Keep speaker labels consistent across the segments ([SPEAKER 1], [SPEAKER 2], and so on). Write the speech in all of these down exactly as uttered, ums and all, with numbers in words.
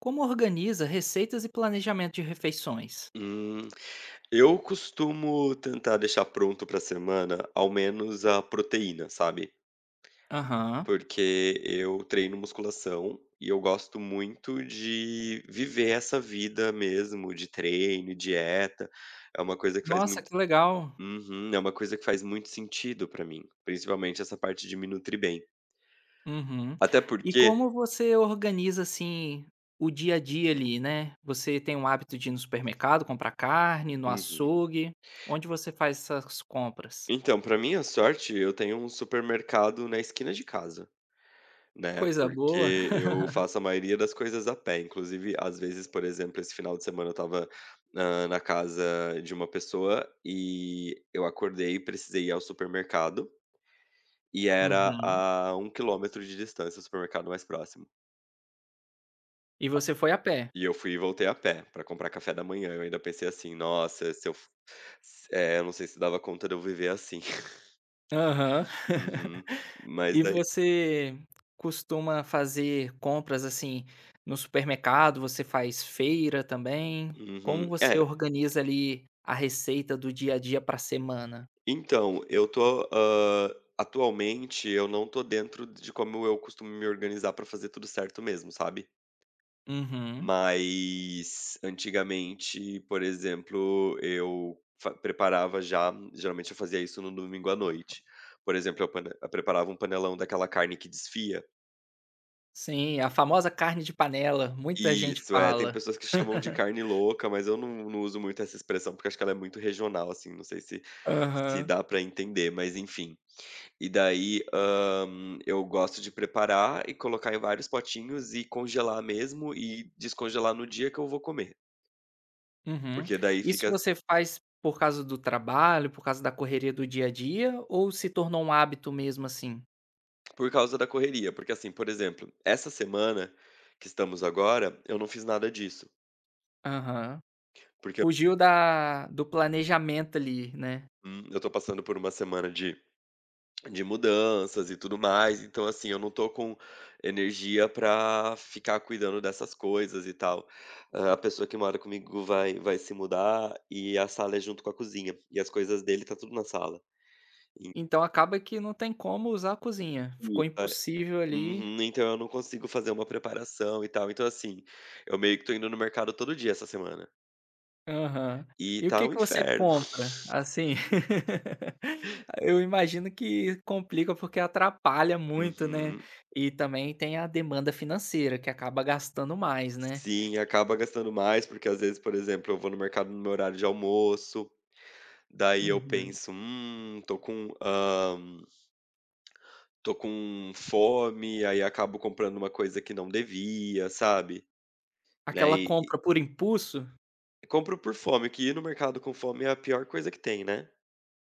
[SPEAKER 1] Como organiza receitas e planejamento de refeições?
[SPEAKER 2] Hum, eu costumo tentar deixar pronto pra semana, ao menos a proteína, sabe.
[SPEAKER 1] Aham.
[SPEAKER 2] Porque eu treino musculação e eu gosto muito de viver essa vida mesmo de treino e dieta. É uma coisa que faz
[SPEAKER 1] Nossa,
[SPEAKER 2] muito
[SPEAKER 1] que legal.
[SPEAKER 2] uhum, é uma coisa que faz muito sentido para mim, principalmente essa parte de me nutrir bem.
[SPEAKER 1] Uhum.
[SPEAKER 2] Até
[SPEAKER 1] E
[SPEAKER 2] porque
[SPEAKER 1] como você organiza, assim, o dia a dia ali, né? Você tem o hábito de ir no supermercado, comprar carne, no
[SPEAKER 2] uhum.
[SPEAKER 1] açougue? Onde você faz essas compras?
[SPEAKER 2] Então, para minha sorte, eu tenho um supermercado na esquina de casa. Né,
[SPEAKER 1] Coisa boa.
[SPEAKER 2] porque eu faço a maioria das coisas a pé, inclusive, às vezes, por exemplo, esse final de semana eu estava na na casa de uma pessoa e eu acordei e precisei ir ao supermercado, e era
[SPEAKER 1] Uhum.
[SPEAKER 2] a um quilômetro de distância o supermercado mais próximo.
[SPEAKER 1] E você foi a pé?
[SPEAKER 2] E eu fui e voltei a pé pra comprar café da manhã, eu ainda pensei assim: "Nossa, se eu f s eh, eu não sei se dava conta de eu viver assim".
[SPEAKER 1] Aham.
[SPEAKER 2] Uhum. Mas
[SPEAKER 1] E
[SPEAKER 2] daí
[SPEAKER 1] você costuma fazer compras, assim, no supermercado? Você faz feira também? Como
[SPEAKER 2] uhum.
[SPEAKER 1] você
[SPEAKER 2] É,
[SPEAKER 1] organiza ali a receita do dia a dia para a semana?
[SPEAKER 2] então, eu tô, hã, atualmente eu não tô dentro de como eu costumo me organizar pra fazer tudo certo mesmo, sabe.
[SPEAKER 1] Uhum.
[SPEAKER 2] Mas antigamente, por exemplo, eu fa preparava já geralmente eu fazia isso no domingo à noite. Por exemplo, eu pane eu preparava um panelão daquela carne que desfia.
[SPEAKER 1] Sim, a famosa carne de panela, muita gente
[SPEAKER 2] Isso, é, tem
[SPEAKER 1] fala.
[SPEAKER 2] pessoas que chamam de carne louca, mas eu não não uso muito essa expressão, porque acho que ela é muito regional, assim, não sei se se
[SPEAKER 1] Aham.
[SPEAKER 2] dá pra entender, mas enfim. E daí, hã, eu gosto de preparar e colocar em vários potinhos e congelar mesmo e descongelar no dia que eu vou comer,
[SPEAKER 1] Uhum.
[SPEAKER 2] porque daí
[SPEAKER 1] Isso
[SPEAKER 2] fica
[SPEAKER 1] você faz por causa do trabalho, por causa da correria do dia a dia ou se tornou um hábito mesmo assim?
[SPEAKER 2] por causa da correria. Porque assim, por exemplo, essa semana que estamos agora, eu não fiz nada disso,
[SPEAKER 1] Aham.
[SPEAKER 2] porque,
[SPEAKER 1] Fugiu da do planejamento ali, né?
[SPEAKER 2] hum, eu tô passando por uma semana de De mudanças e tudo mais, então, assim, eu não tô com energia pra ficar cuidando dessas coisas e tal. Ah, a pessoa que mora comigo vai vai se mudar e a sala é junto com a cozinha, e as coisas dele tá tudo na sala. E
[SPEAKER 1] Então acaba que não tem como usar a cozinha,
[SPEAKER 2] e
[SPEAKER 1] ficou
[SPEAKER 2] é
[SPEAKER 1] impossível ali
[SPEAKER 2] uhum, então eu não consigo fazer uma preparação e tal. Então, assim, eu meio que tô indo no mercado todo dia essa semana,
[SPEAKER 1] aham.
[SPEAKER 2] e
[SPEAKER 1] E o
[SPEAKER 2] tá
[SPEAKER 1] que
[SPEAKER 2] um
[SPEAKER 1] que você
[SPEAKER 2] inferno.
[SPEAKER 1] compra? Assim, eu imagino que complica, porque atrapalha muito, né,
[SPEAKER 2] Uhum.
[SPEAKER 1] e também tem a demanda financeira que acaba gastando mais, né.
[SPEAKER 2] Sim, acaba gastando mais, porque às vezes, por exemplo, eu vou no mercado no meu horário de almoço. Daí eu
[SPEAKER 1] Uhum.
[SPEAKER 2] penso: "Hum, tô com, hã, tô com fome", aí acabo comprando uma coisa que não devia, sabe, né,
[SPEAKER 1] Aquela
[SPEAKER 2] e
[SPEAKER 1] compra por impulso?
[SPEAKER 2] e compro por fome, que ir no mercado com fome é a pior coisa que tem, né.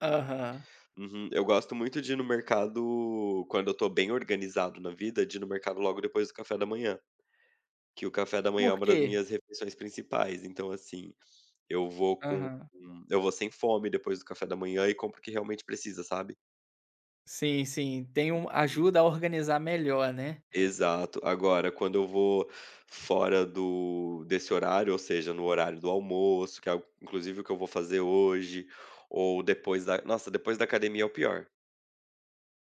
[SPEAKER 1] Aham.
[SPEAKER 2] Uhum. Eu gosto muito de ir no mercado quando eu tô bem organizado na vida, de ir no mercado logo depois do café da manhã, que o café da manhã é
[SPEAKER 1] Por
[SPEAKER 2] uma das
[SPEAKER 1] quê?
[SPEAKER 2] minhas refeições principais, então, assim, eu vou com
[SPEAKER 1] Aham.
[SPEAKER 2] eu vou sem fome depois do café da manhã e compro o que realmente precisa, sabe.
[SPEAKER 1] Sim, sim, tem um ajuda a organizar melhor, né.
[SPEAKER 2] Exato. Agora, quando eu vou fora do desse horário, ou seja, no horário do almoço, que é o- inclusive o que eu vou fazer hoje, ou depois da nossa, depois da academia é o pior.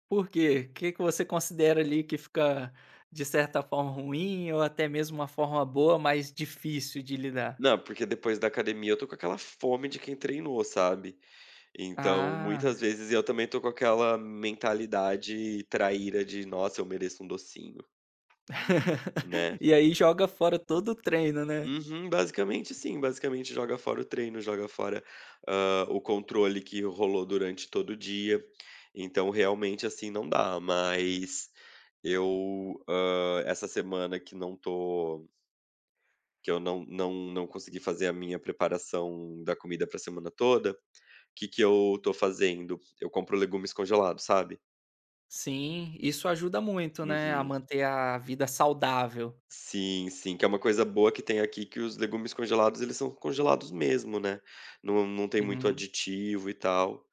[SPEAKER 1] Por quê? O que que você considera ali que fica, de certa forma, ruim ou até mesmo uma forma boa, mas difícil de lidar?
[SPEAKER 2] Não, porque depois da academia eu tô com aquela fome de quem treinou, sabe. Então, muitas
[SPEAKER 1] Ah.
[SPEAKER 2] vezes eu também tô com aquela mentalidade traíra de: "Nossa, eu mereço um docinho", né.
[SPEAKER 1] E aí joga fora todo o treino, né?
[SPEAKER 2] Uhum, basicamente sim, basicamente joga fora o treino, joga fora, hã, o controle que rolou durante todo o dia. Então realmente, assim, não dá, mas eu, hã, essa semana que não tô que eu não não não consegui fazer a minha preparação da comida pra semana toda, o que que eu tô fazendo? Eu compro legumes congelados, sabe?
[SPEAKER 1] Sim, isso ajuda muito, né, a
[SPEAKER 2] Uhum.
[SPEAKER 1] manter a vida saudável.
[SPEAKER 2] Sim, sim, que é uma coisa boa que tem aqui, que os legumes congelados, eles são congelados mesmo, né, não não tem muito
[SPEAKER 1] Uhum.
[SPEAKER 2] aditivo e tal.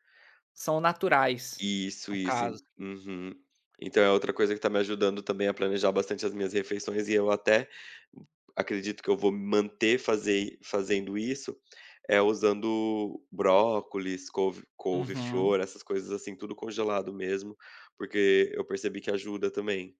[SPEAKER 1] São naturais,
[SPEAKER 2] Isso,
[SPEAKER 1] no
[SPEAKER 2] isso, en
[SPEAKER 1] caso.
[SPEAKER 2] uhum. Então é outra coisa que tá me ajudando também a planejar bastante as minhas refeições e eu até acredito que eu vou manter fazer fazendo isso, é usando brócolis, couve
[SPEAKER 1] Uhum.
[SPEAKER 2] couve-flor, essas coisas assim, tudo congelado mesmo, porque eu percebi que ajuda também.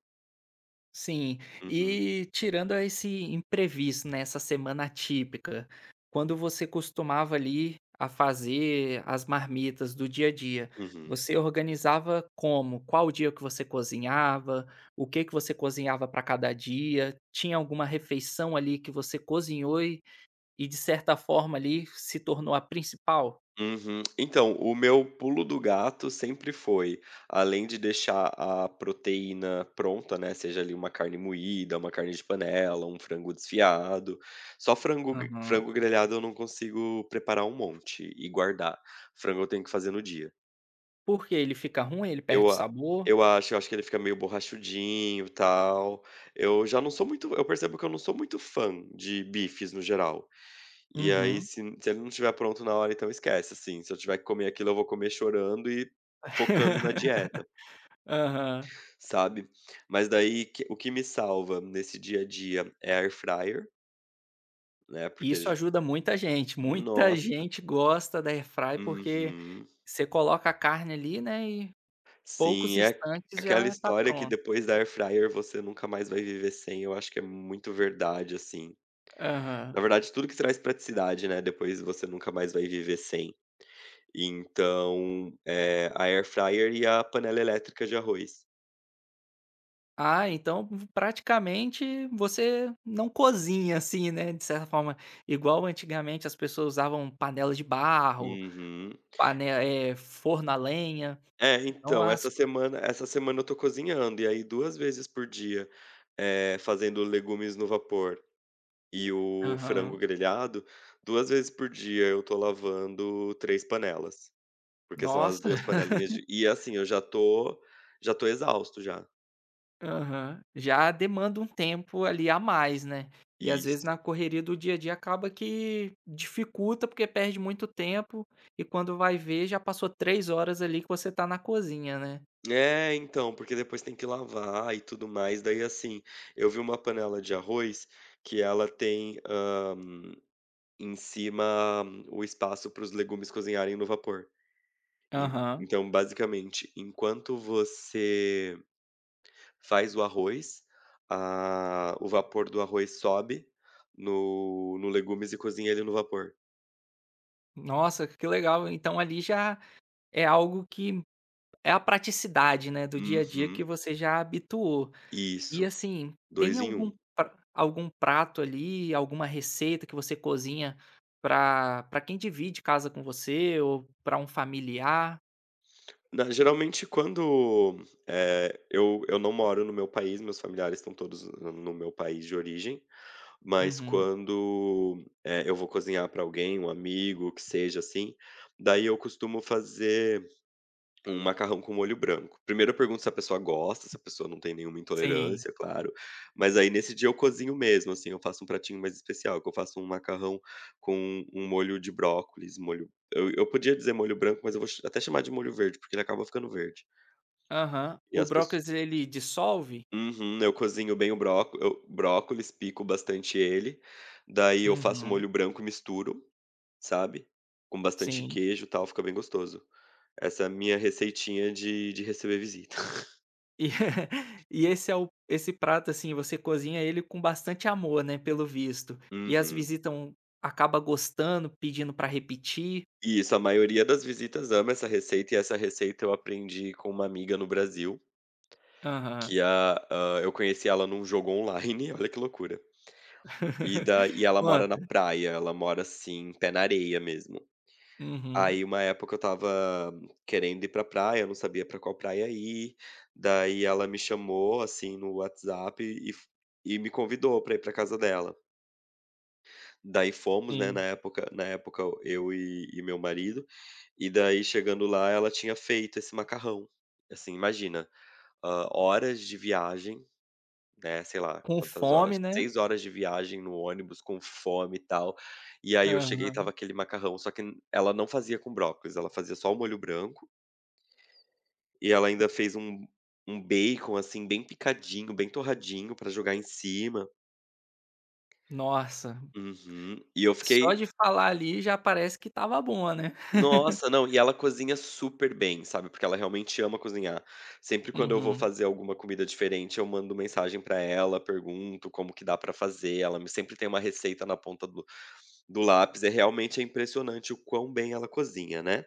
[SPEAKER 1] Sim.
[SPEAKER 2] Uhum,
[SPEAKER 1] E tirando esse imprevisto, né, essa semana atípica, quando você costumava ali a fazer as marmitas do dia a dia,
[SPEAKER 2] uhum.
[SPEAKER 1] você organizava como? Qual dia que você cozinhava? O que que você cozinhava para cada dia? Tinha alguma refeição ali que você cozinhou e, e de certa forma ali se tornou a principal?
[SPEAKER 2] Uhum. Então, o meu pulo do gato sempre foi, além de deixar a proteína pronta, né, seja ali uma carne moída, uma carne de panela, um frango desfiado, só frango, gr-
[SPEAKER 1] Aham.
[SPEAKER 2] frango grelhado eu não consigo preparar um monte e guardar. Frango eu tenho que fazer no dia.
[SPEAKER 1] Porque ele fica ruim, ele
[SPEAKER 2] Eu,
[SPEAKER 1] perde o
[SPEAKER 2] a-
[SPEAKER 1] sabor.
[SPEAKER 2] eu acho, eu acho que ele fica meio borrachudinho, tal. Eu já não sou muito, eu percebo que eu não sou muito fã de bifes no geral. E aí
[SPEAKER 1] Uhum.
[SPEAKER 2] se se ele não estiver pronto na hora, então esquece, assim, se eu tiver que comer aquilo, eu vou comer chorando e focando na dieta,
[SPEAKER 1] Aham.
[SPEAKER 2] sabe. Mas daí que o que me salva nesse dia a dia é air fryer, né, porque
[SPEAKER 1] Isso
[SPEAKER 2] j
[SPEAKER 1] ajuda muita gente, muita
[SPEAKER 2] nossa
[SPEAKER 1] gente gosta da airfry, porque
[SPEAKER 2] uhum.
[SPEAKER 1] você coloca a carne ali, né, e poucos
[SPEAKER 2] Sim, é
[SPEAKER 1] instantes
[SPEAKER 2] aquela
[SPEAKER 1] já tá
[SPEAKER 2] história que
[SPEAKER 1] pronto.
[SPEAKER 2] depois da air fryer você nunca mais vai viver sem, eu acho que é muito verdade, assim.
[SPEAKER 1] Aham.
[SPEAKER 2] Na verdade, tudo que traz praticidade, né, depois você nunca mais vai viver sem. Então, eh, a air fryer e a panela elétrica de arroz.
[SPEAKER 1] Ah, então praticamente você não cozinha, assim, né, de certa forma, igual antigamente as pessoas usavam panela de barro,
[SPEAKER 2] Uhum.
[SPEAKER 1] pane eh, forno a lenha,
[SPEAKER 2] É,
[SPEAKER 1] então
[SPEAKER 2] então,
[SPEAKER 1] as
[SPEAKER 2] essa semana essa semana eu tô cozinhando, e aí duas vezes por dia, é fazendo legumes no vapor e o frango
[SPEAKER 1] aham.
[SPEAKER 2] grelhado, duas vezes por dia eu tô lavando três panelas, porque são as
[SPEAKER 1] Nossa.
[SPEAKER 2] duas panelinhas de e assim, eu já tô já tô exausto já.
[SPEAKER 1] Aham. Já demanda um tempo ali a mais, né. E às vezes
[SPEAKER 2] Isso.
[SPEAKER 1] na correria do dia a dia acaba que dificulta, porque perde muito tempo e quando vai ver já passou três horas ali que você tá na cozinha, né.
[SPEAKER 2] É, então, porque depois tem que lavar e tudo mais, daí assim, eu vi uma panela de arroz que ela tem, em cima, hum, o espaço para os legumes cozinharem no vapor. En
[SPEAKER 1] Aham.
[SPEAKER 2] então, basicamente, enquanto você faz o arroz, ah, o vapor do arroz sobe no no legumes e cozinha ele no vapor.
[SPEAKER 1] Nossa, que legal. Então ali já é algo que é a praticidade, né, do dia a dia que
[SPEAKER 2] Uhum.
[SPEAKER 1] você já habituou. E
[SPEAKER 2] Isso,
[SPEAKER 1] assim, tem
[SPEAKER 2] dois em
[SPEAKER 1] algum
[SPEAKER 2] um.
[SPEAKER 1] pra algum prato ali, alguma receita que você cozinha pra pra quem divide casa com você ou pra um familiar?
[SPEAKER 2] Na geralmente quando, eh, eu eu não moro no meu país, meus familiares estão todos no no meu país de origem. Mas
[SPEAKER 1] Uhum.
[SPEAKER 2] quando, eh, eu vou cozinhar para alguém, um amigo, que seja, assim, daí eu costumo fazer um macarrão com molho branco. Primeiro eu pergunto se a pessoa gosta, se a pessoa não tem nenhuma
[SPEAKER 1] Sim.
[SPEAKER 2] intolerância, claro, mas aí nesse dia eu cozinho mesmo, assim, eu faço um pratinho mais especial, que eu faço um macarrão com um molho de brócolis, molho eu eu podia dizer molho branco, mas eu vou ch até chamar de molho verde, porque ele acaba ficando verde,
[SPEAKER 1] Aham.
[SPEAKER 2] e
[SPEAKER 1] O
[SPEAKER 2] as pesso
[SPEAKER 1] brócolis ele dissolve?
[SPEAKER 2] uhum, eu cozinho bem o bróco eu brócolis, pico bastante ele, daí eu faço
[SPEAKER 1] Uhum.
[SPEAKER 2] molho branco e misturo, sabe, com bastante
[SPEAKER 1] Sim.
[SPEAKER 2] queijo e tal, fica bem gostoso. Essa é a minha receitinha de de receber visita.
[SPEAKER 1] E e esse é o esse prato, assim, você cozinha ele com bastante amor, né, pelo visto. E as
[SPEAKER 2] Uhum.
[SPEAKER 1] visitam acaba gostando, pedindo pra repetir?
[SPEAKER 2] E isso, a maioria das visitas ama essa receita, e essa receita eu aprendi com uma amiga no Brasil,
[SPEAKER 1] Aham.
[SPEAKER 2] que a hã, eu conheci ela num jogo online, olha que loucura. E da e ela mora na
[SPEAKER 1] Conta.
[SPEAKER 2] praia, ela mora, assim, pé na areia mesmo.
[SPEAKER 1] Uhum.
[SPEAKER 2] Aí uma época eu estava querendo ir pra praia, eu não sabia pra qual praia ir, daí ela me chamou, assim, no WhatsApp e f e me convidou pra ir pra casa dela. Daí fomos, né, na
[SPEAKER 1] Sim.
[SPEAKER 2] época na época eu e e meu marido, e daí chegando lá ela tinha feito esse macarrão. Assim, imagina, hã, horas de viagem, né, sei lá
[SPEAKER 1] Com
[SPEAKER 2] quantas horas,
[SPEAKER 1] fome, né?
[SPEAKER 2] seis horas de viagem no ônibus com fome e tal, e aí eu cheguei e estava
[SPEAKER 1] Aham.
[SPEAKER 2] aquele macarrão, só que ela não fazia com brócolis, ela fazia só o molho branco. E ela ainda fez um um bacon, assim, bem picadinho, bem torradinho pra jogar em cima.
[SPEAKER 1] Nossa,
[SPEAKER 2] Uhum. E eu
[SPEAKER 1] só de
[SPEAKER 2] fiquei
[SPEAKER 1] falar ali já parece que estava boa, né.
[SPEAKER 2] nossa, não, e ela cozinha super bem, sabe, porque ela realmente ama cozinhar. Sempre quando eu vou
[SPEAKER 1] Uhum.
[SPEAKER 2] fazer alguma comida diferente, eu mando mensagem pra ela, pergunto como que dá pra fazer, ela me sempre tem uma receita na ponta do do lápis, é realmente é impressionante o quão bem ela cozinha, né.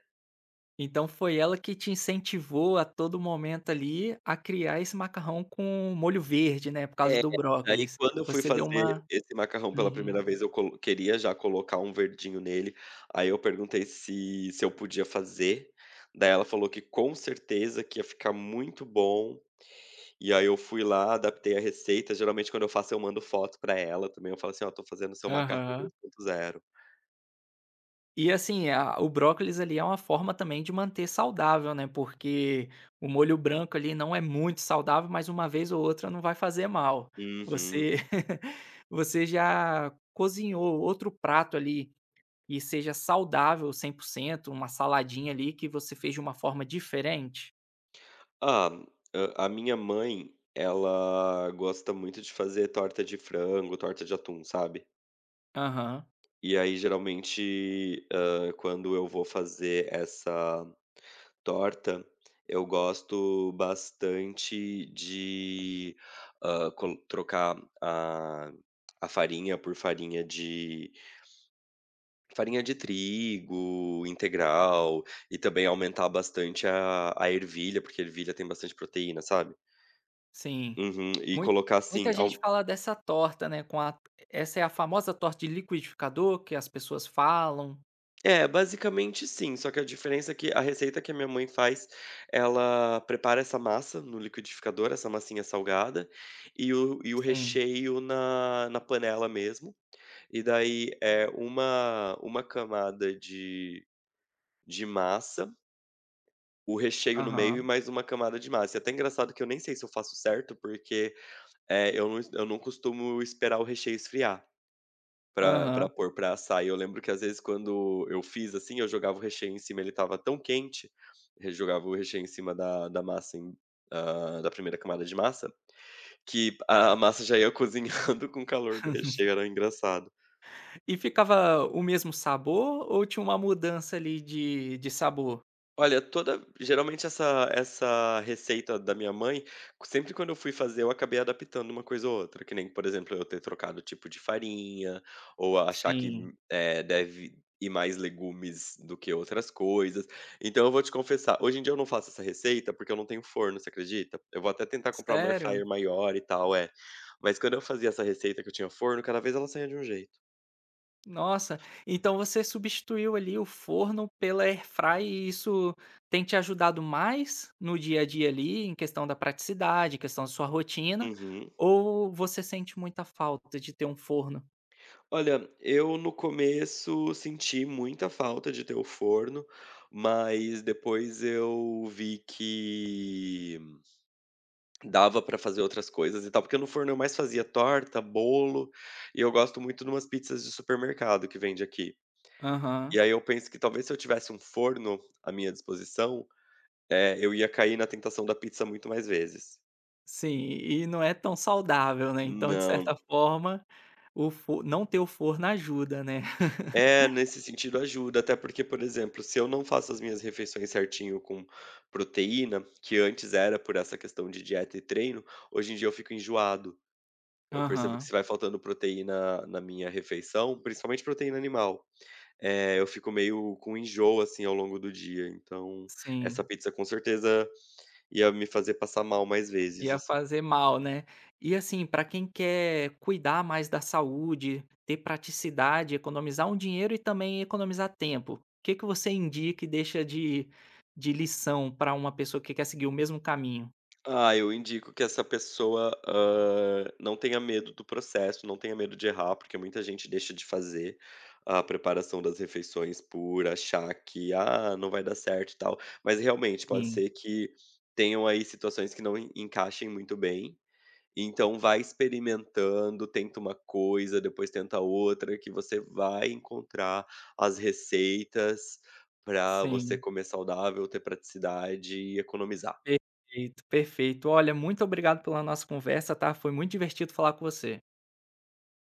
[SPEAKER 1] Então foi ela que te incentivou a todo momento ali a criar esse macarrão com molho verde, né, por causa
[SPEAKER 2] É,
[SPEAKER 1] do
[SPEAKER 2] daí
[SPEAKER 1] brócolis.
[SPEAKER 2] quando eu fui
[SPEAKER 1] Você deu
[SPEAKER 2] fazer
[SPEAKER 1] uma
[SPEAKER 2] esse macarrão pela
[SPEAKER 1] uhum.
[SPEAKER 2] primeira vez, eu colo queria já colocar um verdinho nele, aí eu perguntei se se eu podia fazer, daí ela falou que com certeza que ia ficar muito bom, e aí eu fui lá, adaptei a receita, geralmente quando eu faço eu mando foto pra ela também, eu falo assim: "Ó, tô fazendo seu macarrão
[SPEAKER 1] Aham.
[SPEAKER 2] dois ponto zero".
[SPEAKER 1] E assim, a o brócolis ali é uma forma também de manter saudável, né, porque o molho branco ali não é muito saudável, mas uma vez ou outra não vai fazer mal.
[SPEAKER 2] Uhum.
[SPEAKER 1] Você você já cozinhou outro prato ali e seja saudável cem por cento uma saladinha ali que você fez de uma forma diferente.
[SPEAKER 2] Ah, a a minha mãe, ela gosta muito de fazer torta de frango, torta de atum, sabe.
[SPEAKER 1] Aham,
[SPEAKER 2] E aí, geralmente, hã, quando eu vou fazer essa torta, eu gosto bastante de, hã, col trocar a a farinha por farinha de farinha de trigo integral e também aumentar bastante a a ervilha, porque ervilha tem bastante proteína, sabe.
[SPEAKER 1] sim.
[SPEAKER 2] Uhum. E
[SPEAKER 1] Mui
[SPEAKER 2] colocar assim,
[SPEAKER 1] muita gente fala dessa torta, né, com a essa é a famosa torta de liquidificador que as pessoas falam.
[SPEAKER 2] é, basicamente sim, só que a diferença é que a receita que a minha mãe faz, ela prepara essa massa no liquidificador, essa massinha salgada, e o, e o
[SPEAKER 1] Sim,
[SPEAKER 2] recheio na, na panela mesmo. E daí é uma, uma camada de, de massa, o recheio no meio e
[SPEAKER 1] aham,
[SPEAKER 2] mais uma camada de massa. E é até engraçado que eu nem sei se eu faço certo, porque é, eu, não, eu não costumo esperar o recheio esfriar. Pra pra
[SPEAKER 1] aham.
[SPEAKER 2] pôr pra assar. E eu lembro que às vezes quando eu fiz, assim, eu jogava o recheio em cima, ele estava tão quente, eu jogava o recheio em cima da da massa em hã, da primeira camada de massa, que a a massa já ia cozinhando com o calor do recheio, era engraçado.
[SPEAKER 1] E ficava o mesmo sabor ou tinha uma mudança ali de de sabor?
[SPEAKER 2] Olha, toda geralmente essa essa receita da minha mãe, sempre quando eu fui fazer, eu acabei adaptando uma coisa ou outra, que nem, por exemplo, eu ter trocado o tipo de farinha, ou achar que,
[SPEAKER 1] Sim,
[SPEAKER 2] eh, deve ir mais legumes do que outras coisas. Então eu vou te confessar, hoje em dia eu não faço essa receita, porque eu não tenho forno, você acredita? Eu vou até tentar comprar uma air
[SPEAKER 1] sério?
[SPEAKER 2] fryer maior e tal, é. Mas quando eu fazia essa receita que eu tinha forno, cada vez ela saía de um jeito.
[SPEAKER 1] Nossa, então você substituiu ali o forno pela airfry e isso tem te ajudado mais no dia a dia ali, em questão da praticidade, em questão da sua rotina,
[SPEAKER 2] Uhum.
[SPEAKER 1] ou você sente muita falta de ter um forno?
[SPEAKER 2] Olha, eu no começo senti muita falta de ter o forno, mas depois eu vi que dava pra fazer outras coisas e tal, porque no forno eu mais fazia torta, bolo, e eu gosto muito de umas pizzas de supermercado que vende aqui. E
[SPEAKER 1] Aham,
[SPEAKER 2] aí eu penso que talvez se eu tivesse um forno à minha disposição, eh, eu ia cair na tentação da pizza muito mais vezes.
[SPEAKER 1] sim, e não é tão saudável, né, então de
[SPEAKER 2] Não,
[SPEAKER 1] certa forma, o fo não ter o forno ajuda, né?
[SPEAKER 2] é, nesse sentido ajuda, até porque, por exemplo, se eu não faço as minhas refeições certinho com proteína, que antes era por essa questão de dieta e treino, hoje em dia eu fico enjoado. Eu percebo que
[SPEAKER 1] Aham,
[SPEAKER 2] se vai faltando proteína na minha refeição, principalmente proteína animal, eh, eu fico meio com enjoo, assim, ao longo do dia. Então, essa
[SPEAKER 1] sim.
[SPEAKER 2] pizza com certeza ia me fazer passar mal mais vezes,
[SPEAKER 1] Ia
[SPEAKER 2] assim.
[SPEAKER 1] fazer mal, né. E assim, para quem quer cuidar mais da saúde, ter praticidade, economizar um dinheiro e também economizar tempo, o que que você indica e deixa de de lição para uma pessoa que quer seguir o mesmo caminho?
[SPEAKER 2] Ah, eu indico que essa pessoa, hã, não tenha medo do processo, não tenha medo de errar, porque muita gente deixa de fazer a preparação das refeições por achar que: "Ah, não vai dar certo e tal". Mas realmente pode
[SPEAKER 1] Sim,
[SPEAKER 2] ser que tenham aí situações que não en encaixem muito bem, então vai experimentando, tenta uma coisa, depois tenta outra, que você vai encontrar as receitas para você
[SPEAKER 1] sim.
[SPEAKER 2] comer saudável, ter praticidade e economizar.
[SPEAKER 1] Perfeito, perfeito. Olha, muito obrigado pela nossa conversa, tá. Foi muito divertido falar com você.